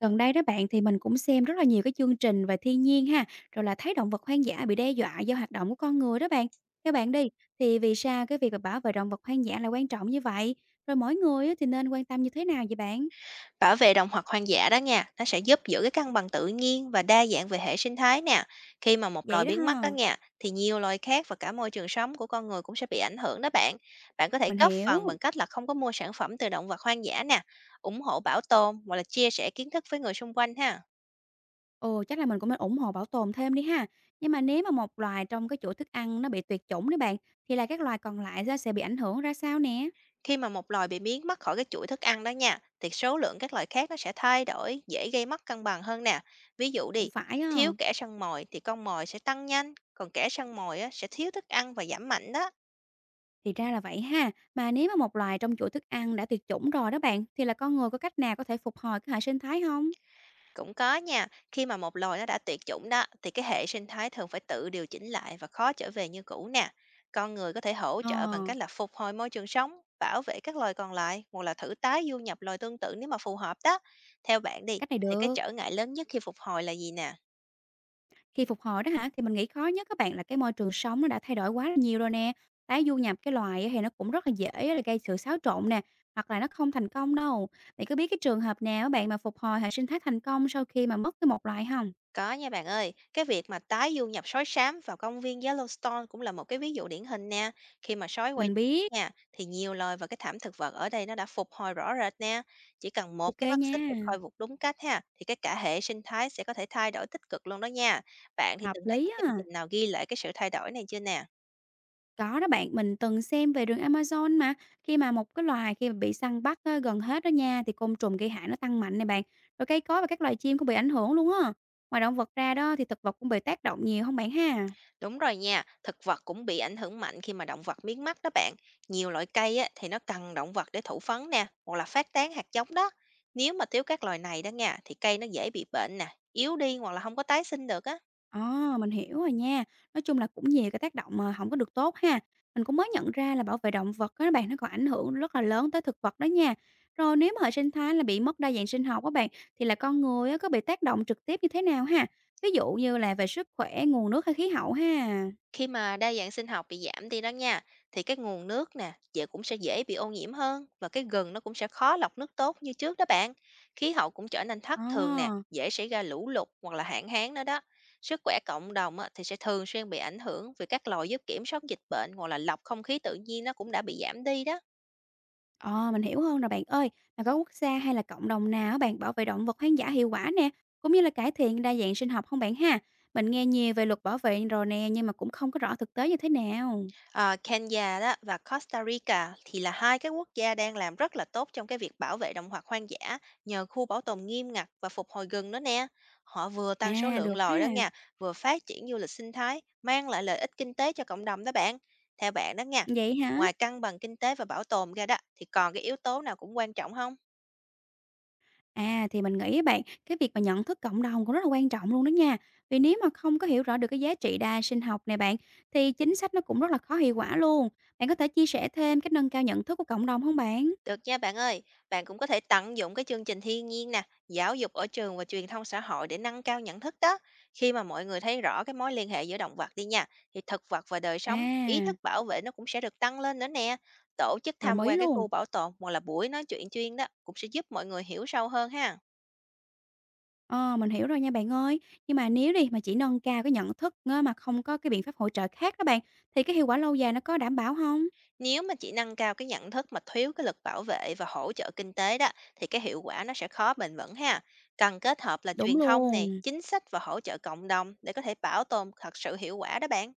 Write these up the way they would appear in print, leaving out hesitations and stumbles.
Gần đây đó bạn thì mình cũng xem rất là nhiều cái chương trình về thiên nhiên ha, rồi là thấy động vật hoang dã bị đe dọa do hoạt động của con người đó bạn. Theo bạn đi, thì vì sao cái việc mà bảo vệ động vật hoang dã là quan trọng như vậy? Rồi mỗi người á thì nên quan tâm như thế nào vậy bạn? Bảo vệ động vật hoang dã đó nha, nó sẽ giúp giữ cái cân bằng tự nhiên và đa dạng về hệ sinh thái nè. Khi mà một loài Vậy đó biến mất ha, đó nha, thì nhiều loài khác và cả môi trường sống của con người cũng sẽ bị ảnh hưởng đó bạn. Bạn có thể mình góp phần hiểu. bằng cách là không có mua sản phẩm từ động vật hoang dã nè, ủng hộ bảo tồn hoặc là chia sẻ kiến thức với người xung quanh ha. Ồ, chắc là mình cũng nên ủng hộ bảo tồn thêm đi ha. Nhưng mà nếu mà một loài trong cái chuỗi thức ăn nó bị tuyệt chủng đấy bạn, thì là các loài còn lại ra sẽ bị ảnh hưởng ra sao nè? Khi mà một loài bị biến mất khỏi cái chuỗi thức ăn đó nha, thì số lượng các loài khác nó sẽ thay đổi, dễ gây mất cân bằng hơn nè. Ví dụ Cũng đi, phải á. thiếu kẻ săn mồi thì con mồi sẽ tăng nhanh, còn kẻ săn mồi á, sẽ thiếu thức ăn và giảm mạnh đó. Thì ra là vậy ha. Mà nếu mà một loài trong chuỗi thức ăn đã tuyệt chủng rồi đó bạn, thì là con người có cách nào có thể phục hồi cái hệ sinh thái không? Cũng có nha, khi mà một loài nó đã tuyệt chủng đó thì cái hệ sinh thái thường phải tự điều chỉnh lại và khó trở về như cũ nè. Con người có thể hỗ Ờ, trợ bằng cách là phục hồi môi trường sống, bảo vệ các loài còn lại hoặc là thử tái du nhập loài tương tự nếu mà phù hợp đó. Theo bạn đi, cách này thì cái được. trở ngại lớn nhất khi phục hồi là gì nè? Khi phục hồi đó hả, thì mình nghĩ khó nhất các bạn là cái môi trường sống nó đã thay đổi quá là nhiều rồi nè. Tái du nhập cái loài á thì nó cũng rất là dễ là gây sự xáo trộn nè, hoặc là nó không thành công đâu. Bạn có biết cái trường hợp nào á bạn mà phục hồi hệ sinh thái thành công sau khi mà mất cái một loài không? Có nha bạn ơi, cái việc mà tái du nhập sói sám vào công viên Yellowstone cũng là một cái ví dụ điển hình nè. Khi mà sói quay Mình trở biết. lại nha, thì nhiều loài và cái thảm thực vật ở đây nó đã phục hồi rõ rệt nè. Chỉ cần một Ok cái mắt nha, xích được khôi phục đúng cách ha, thì cái cả hệ sinh thái sẽ có thể thay đổi tích cực luôn đó nha. Bạn thì hợp từng thấy cái lý chương á. trình nào ghi lại cái sự thay đổi này chưa nè? Có đó bạn, mình từng xem về rừng Amazon mà, khi mà một cái loài khi mà bị săn bắt á, gần hết đó nha thì côn trùng gây hại nó tăng mạnh này bạn. Rồi cây cối và các loài chim cũng bị ảnh hưởng luôn á. Ngoài động vật ra đó thì thực vật cũng bị tác động nhiều không bạn ha? Đúng rồi nha, thực vật cũng bị ảnh hưởng mạnh khi mà động vật miếng mắt đó bạn. Nhiều loại cây á, thì nó cần động vật để thụ phấn nè, hoặc là phát tán hạt giống đó. Nếu mà thiếu các loài này đó nha, thì cây nó dễ bị bệnh nè, yếu đi hoặc là không có tái sinh được á. Ồ, mình hiểu rồi nha. Nói chung là cũng nhiều cái tác động mà không có được tốt ha. Mình cũng mới nhận ra là bảo vệ động vật đó các bạn nó còn ảnh hưởng rất là lớn tới thực vật đó nha. Rồi nếu mà hệ sinh thái là bị mất đa dạng sinh học các bạn thì là con người á, có bị tác động trực tiếp như thế nào ha? Ví dụ như là về sức khỏe, nguồn nước hay khí hậu ha. Khi mà đa dạng sinh học bị giảm đi đó nha, thì cái nguồn nước nè, dễ cũng sẽ dễ bị ô nhiễm hơn, và cái gừng nó cũng sẽ khó lọc nước tốt như trước đó bạn. Khí hậu cũng trở nên thất thường nè, À, dễ xảy ra lũ lụt hoặc là hạn hán nữa đó. Sức khỏe cộng đồng á, thì sẽ thường xuyên bị ảnh hưởng vì các lò giúp kiểm soát dịch bệnh hoặc là lọc không khí tự nhiên nó cũng đã bị giảm đi đó. ờ, mình hiểu hơn rồi bạn ơi. Mà có quốc gia hay là cộng đồng nào á bạn bảo vệ động vật hoang dã hiệu quả nè, cũng như là cải thiện đa dạng sinh học không bạn ha? Mình nghe nhiều về luật bảo vệ rồi nè, nhưng mà cũng không có rõ thực tế như thế nào. Ờ, Kenya đó và Costa Rica thì là hai cái quốc gia đang làm rất là tốt trong cái việc bảo vệ động vật hoang dã, nhờ khu bảo tồn nghiêm ngặt và phục hồi rừng đó nè. Họ vừa tăng số À, lượng được loài ha, đó nha, vừa phát triển du lịch sinh thái, mang lại lợi ích kinh tế cho cộng đồng đó bạn. Theo bạn đó nha, vậy hả? ngoài cân bằng kinh tế và bảo tồn ra đó thì còn cái yếu tố nào cũng quan trọng không? À, thì mình nghĩ á bạn, cái việc mà nhận thức cộng đồng cũng rất là quan trọng luôn đó nha. Vì nếu mà không có hiểu rõ được cái giá trị đa sinh học này bạn, thì chính sách nó cũng rất là khó hiệu quả luôn. Bạn có thể chia sẻ thêm cách nâng cao nhận thức của cộng đồng không bạn? Được nha bạn ơi, bạn cũng có thể tận dụng cái chương trình thiên nhiên nè, giáo dục ở trường và truyền thông xã hội để nâng cao nhận thức đó. Khi mà mọi người thấy rõ cái mối liên hệ giữa động vật đi nha, thì thực vật và đời À, sống, ý thức bảo vệ nó cũng sẽ được tăng lên nữa nè. Tổ chức đồng tham ý quan cái luôn. khu bảo tồn hoặc là buổi nói chuyện chuyên đó cũng sẽ giúp mọi người hiểu sâu hơn ha. Ờ, mình hiểu rồi nha bạn ơi. Nhưng mà nếu đi mà chỉ nâng cao cái nhận thức á, mà không có cái biện pháp hỗ trợ khác đó bạn, thì cái hiệu quả lâu dài nó có đảm bảo không? Nếu mà chỉ nâng cao cái nhận thức mà thiếu cái lực bảo vệ và hỗ trợ kinh tế đó, thì cái hiệu quả nó sẽ khó bền vững ha. Cần kết hợp là Đúng truyền thông nè, luôn. chính sách và hỗ trợ cộng đồng để có thể bảo tồn thật sự hiệu quả đó bạn.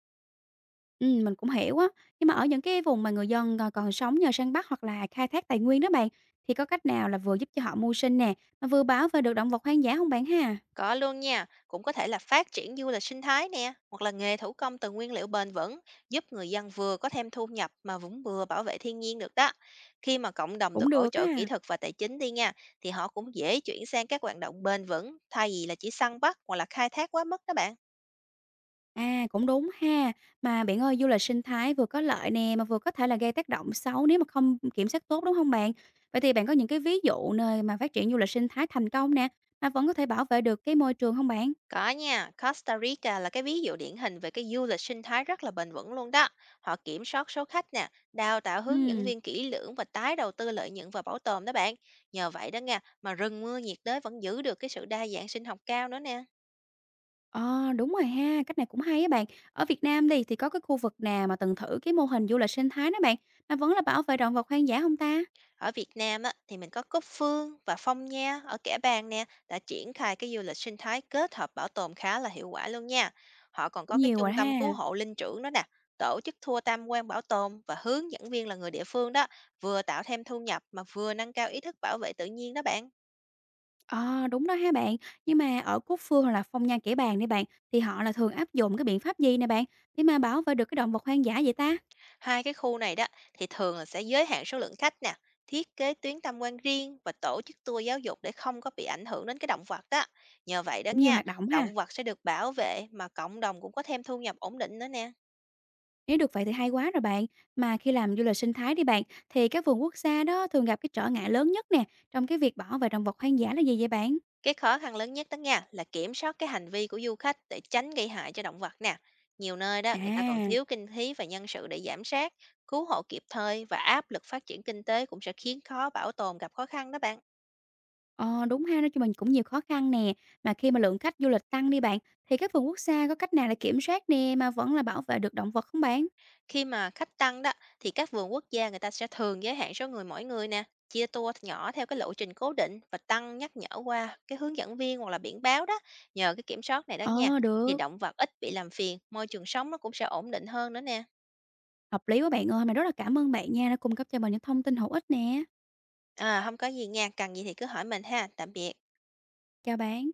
Mình cũng hiểu á. Nhưng mà ở những cái vùng mà người dân còn còn sống nhờ săn bắt hoặc là khai thác tài nguyên đó bạn, thì có cách nào là vừa giúp cho họ mưu sinh nè, mà vừa bảo vệ được động vật hoang dã không bạn ha? Có luôn nha, cũng có thể là phát triển du lịch sinh thái nè, hoặc là nghề thủ công từ nguyên liệu bền vững, giúp người dân vừa có thêm thu nhập mà vẫn vừa bảo vệ thiên nhiên được đó. Khi mà cộng đồng Cũng được hỗ được trợ kỹ á. thuật và tài chính đi nha, thì họ cũng dễ chuyển sang các hoạt động bền vững thay vì là chỉ săn bắt hoặc là khai thác quá mức đó bạn. À, cũng đúng ha. Mà bạn ơi, du lịch sinh thái vừa có lợi nè, mà vừa có thể là gây tác động xấu nếu mà không kiểm soát tốt, đúng không bạn? Vậy thì bạn có những cái ví dụ nơi mà phát triển du lịch sinh thái thành công nè, mà vẫn có thể bảo vệ được cái môi trường không bạn? Có nha, Costa Rica là cái ví dụ điển hình về cái du lịch sinh thái rất là bền vững luôn đó. Họ kiểm soát số khách nè, đào tạo hướng dẫn Ừm, viên kỹ lưỡng và tái đầu tư lợi nhuận vào bảo tồn đó bạn. Nhờ vậy đó nha, mà rừng mưa nhiệt đới vẫn giữ được cái sự đa dạng sinh học cao nữa nè. ờ, đúng rồi ha, cách này cũng hay á bạn. Ở Việt Nam đi, thì có cái khu vực nào mà từng thử cái mô hình du lịch sinh thái đó bạn, mà vẫn là bảo vệ động vật hoang dã không ta? Ở Việt Nam á, thì mình có Cúc Phương và Phong Nha ở Kẻ Bàng nè, đã triển khai cái du lịch sinh thái kết hợp bảo tồn khá là hiệu quả luôn nha. Họ còn có Cũng cái nhiều rồi trung tâm cứu ha. hộ linh trưởng đó nè, tổ chức tour tham quan bảo tồn và hướng dẫn viên là người địa phương đó, vừa tạo thêm thu nhập mà vừa nâng cao ý thức bảo vệ tự nhiên đó bạn. Ờ, đúng đó ha bạn. Nhưng mà ở Cúc Phương hoặc là Phong Nha Kẻ Bàng đi bạn, thì họ là thường áp dụng cái biện pháp gì nè bạn, để mà bảo vệ được cái động vật hoang dã vậy ta? Hai cái khu này đó thì thường là sẽ giới hạn số lượng khách nè, thiết kế tuyến tham quan riêng và tổ chức tour giáo dục để không có bị ảnh hưởng đến cái động vật đó. Nhờ vậy đó Cũng nhiều nha, hoạt động ha. động vật sẽ được bảo vệ mà cộng đồng cũng có thêm thu nhập ổn định nữa nè. Nếu được vậy thì hay quá rồi bạn. Mà khi làm du lịch sinh thái đi bạn, thì các vườn quốc gia đó thường gặp cái trở ngại lớn nhất nè, trong cái việc bảo vệ động vật hoang dã là gì vậy bạn? Cái khó khăn lớn nhất đó nha là kiểm soát cái hành vi của du khách để tránh gây hại cho động vật nè. Nhiều nơi đó người ta còn À, thiếu kinh phí và nhân sự để giám sát, cứu hộ kịp thời, và áp lực phát triển kinh tế cũng sẽ khiến khó bảo tồn gặp khó khăn đó bạn. ờ, đúng ha, nói chung mình cũng nhiều khó khăn nè. Mà khi mà lượng khách du lịch tăng đi bạn, thì các vườn quốc gia có cách nào để kiểm soát nè mà vẫn là bảo vệ được động vật không bạn? Khi mà khách tăng đó, thì các vườn quốc gia người ta sẽ thường giới hạn số người mỗi người nè, chia tour nhỏ theo cái lộ trình cố định và tăng nhắc nhở qua cái hướng dẫn viên hoặc là biển báo đó. Nhờ cái kiểm soát này đó nha, Ờ, thì được. động vật ít bị làm phiền, môi trường sống nó cũng sẽ ổn định hơn nữa nè. Hợp lý quá bạn ơi, mình rất là cảm ơn bạn nha, đã cung cấp cho mình những thông tin hữu ích nè. À, không có gì nha, cần gì thì cứ hỏi mình ha. Tạm biệt. Chào bạn.